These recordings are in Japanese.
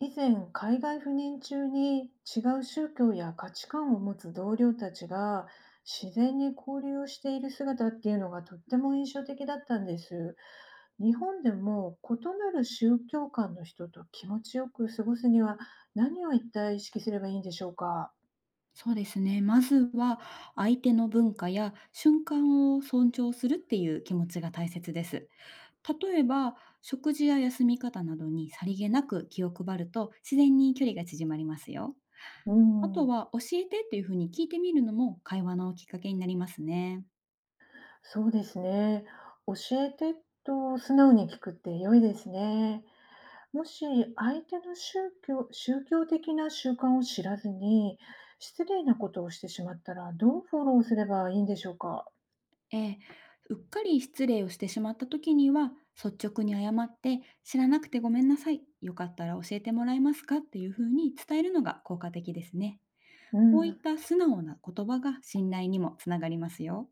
以前、海外赴任中に違う宗教や価値観を持つ同僚たちが自然に交流をしている姿っていうのがとっても印象的だったんです。日本でも異なる宗教観の人と気持ちよく過ごすには何を一体意識すればいいんでしょうか。そうですね。まずは相手の文化や瞬間を尊重するっていう気持ちが大切です。例えば、食事や休み方などにさりげなく気を配ると、自然に距離が縮まりますよ。うあとん、は、教えてっていうふうに聞いてみるのも会話のきっかけになりますね。そうですね。教えてと素直に聞くって良いですね。もし相手の宗教的な習慣を知らずに、失礼なことをしてしまったら、どうフォローすればいいんでしょうか？ええ、うっかり失礼をしてしまった時には、率直に謝って、知らなくてごめんなさい。よかったら教えてもらえますかっていうふうに伝えるのが効果的ですね。うこういっん、た素直な言葉が信頼にもつながりますよ。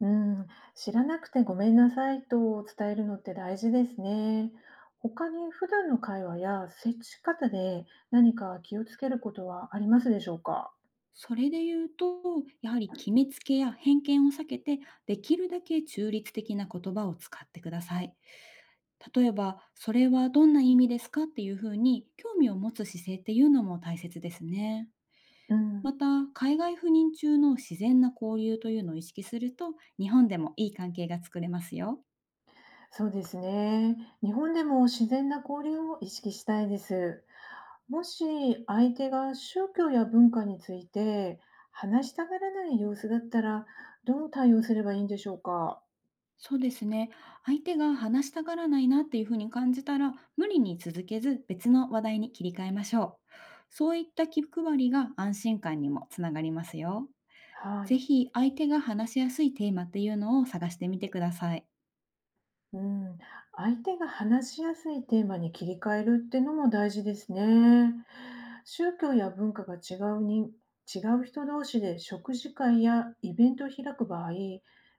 うん、知らなくてごめんなさいと伝えるのって大事ですね。他に普段の会話や接し方で、何か気をつけることはありますでしょうか？それで言うと、やはり決めつけや偏見を避けて、できるだけ中立的な言葉を使ってください。例えば、それはどんな意味ですかっていうふうに興味を持つ姿勢っていうのも大切ですね。うまん、た、海外赴任中の自然な交流というのを意識すると、日本でもいい関係が作れますよ。そうですね。日本でも自然な交流を意識したいです。もし相手が宗教や文化について話したがらない様子だったら、どう対応すればいいんでしょうか。そうですね。相手が話したがらないなっていうふうに感じたら、無理に続けず別の話題に切り替えましょう。そういった気配りが安心感にもつながりますよ。はぜい。ひ相手が話しやすいテーマっていうのを探してみてください。うん、相手が話しやすいテーマに切り替えるってのも大事ですね。宗教や文化が違う人同士で食事会やイベントを開く場合、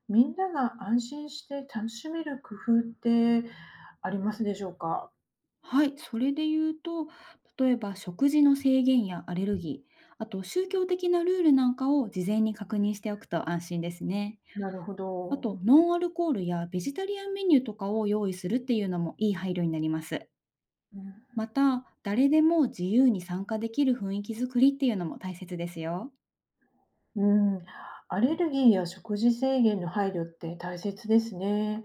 みんなが安心して楽しめる工夫ってありますでしょうか？はい、それで言うと、例えば食事の制限やアレルギー、あと宗教的なルールなんかを事前に確認しておくと安心ですね。なるほあど。と、ノンアルコールやベジタリアンメニューとかを用意するっていうのもいい配慮になります。うまた、誰でも自由に参加できる雰囲気づくりっていうのも大切ですよ。ん、うん、アレルギーや食事制限の配慮って大切ですね。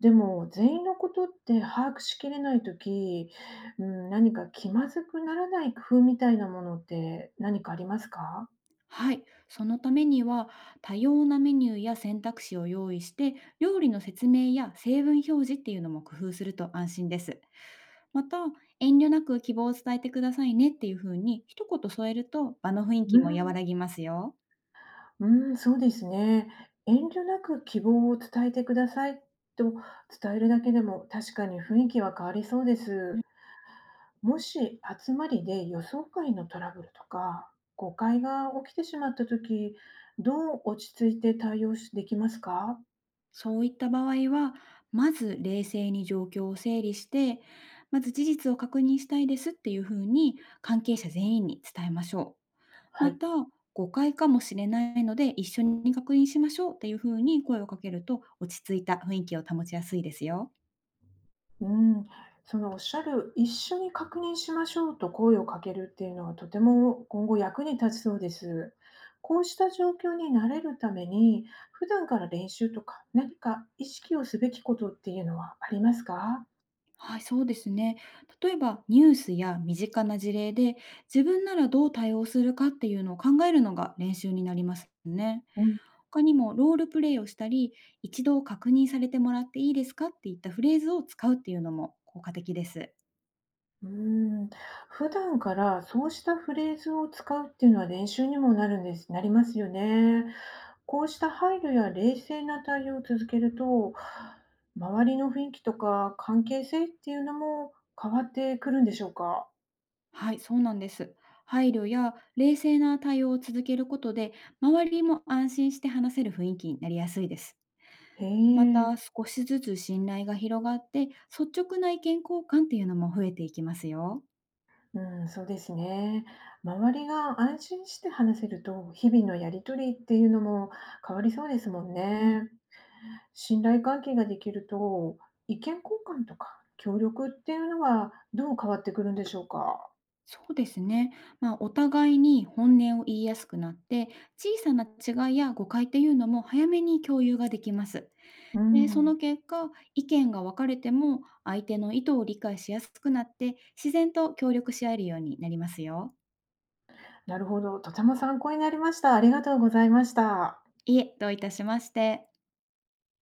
でも、全員のことって把握しきれない時、うん、何か気まずくならない工夫みたいなものって何かありますか？はい、そのためには、多様なメニューや選択肢を用意して、料理の説明や成分表示っていうのも工夫すると安心です。また、遠慮なく希望を伝えてくださいねっていうふうに一言添えると、場の雰囲う気も和ん、らぎますよ。うん、そうですね。遠慮なく希望を伝えてくださいと伝えるだけでも確かに雰囲気は変わりそうです。もし集まりで予想外のトラブルとか、誤解が起きてしまった時、どう落ち着いて対応しできますか？そういった場合は、まず冷静に状況を整理して、まず事実を確認したいですっていうふうに関係者全員に伝えましょう。はまい。た、誤解かもしれないので一緒に確認しましょうっていうふうに声をかけると、落ち着いた雰囲気を保ちやすいですよ。うん、そのおっしゃる「一緒に確認しましょう」と声をかけるっていうのはとても今後役に立ちそうです。こうした状況に慣れるために、普段から練習とか何か意識をすべきことっていうのはありますか？はい、そうですね。例えばニュースや身近な事例で、自分ならどう対応するかっていうのを考えるのが練習になりますね。うん、他にもロールプレイをしたり、一度確認されてもらっていいですかっていったフレーズを使うっていうのも効果的です。うん、普段からそうしたフレーズを使うっていうのは練習にもなるんですなりますよね。こうした配慮や冷静な対応を続けると、周りの雰囲気とか関係性っていうのも変わってくるんでしょうか？はい、そうなんです。配慮や冷静な対応を続けることで、周りも安心して話せる雰囲気になりやすいです。へまた、え。少しずつ信頼が広がって、率直な意見交換っていうのも増えていきますよ。うん、そうですね。周りが安心して話せると、日々のやり取りっていうのも変わりそうですもんうん、ね。信頼関係ができると、意見交換とか協力っていうのはどう変わってくるんでしょうか？そうですね。まあ、お互いに本音を言いやすくなって、小さな違いや誤解っていうのも早めに共有ができます。うで、そのん、結果、意見が分かれても相手の意図を理解しやすくなって、自然と協力し合えるようになりますよ。なるほど。とても参考になりました。ありがとうございました。いえ、どういたしまして。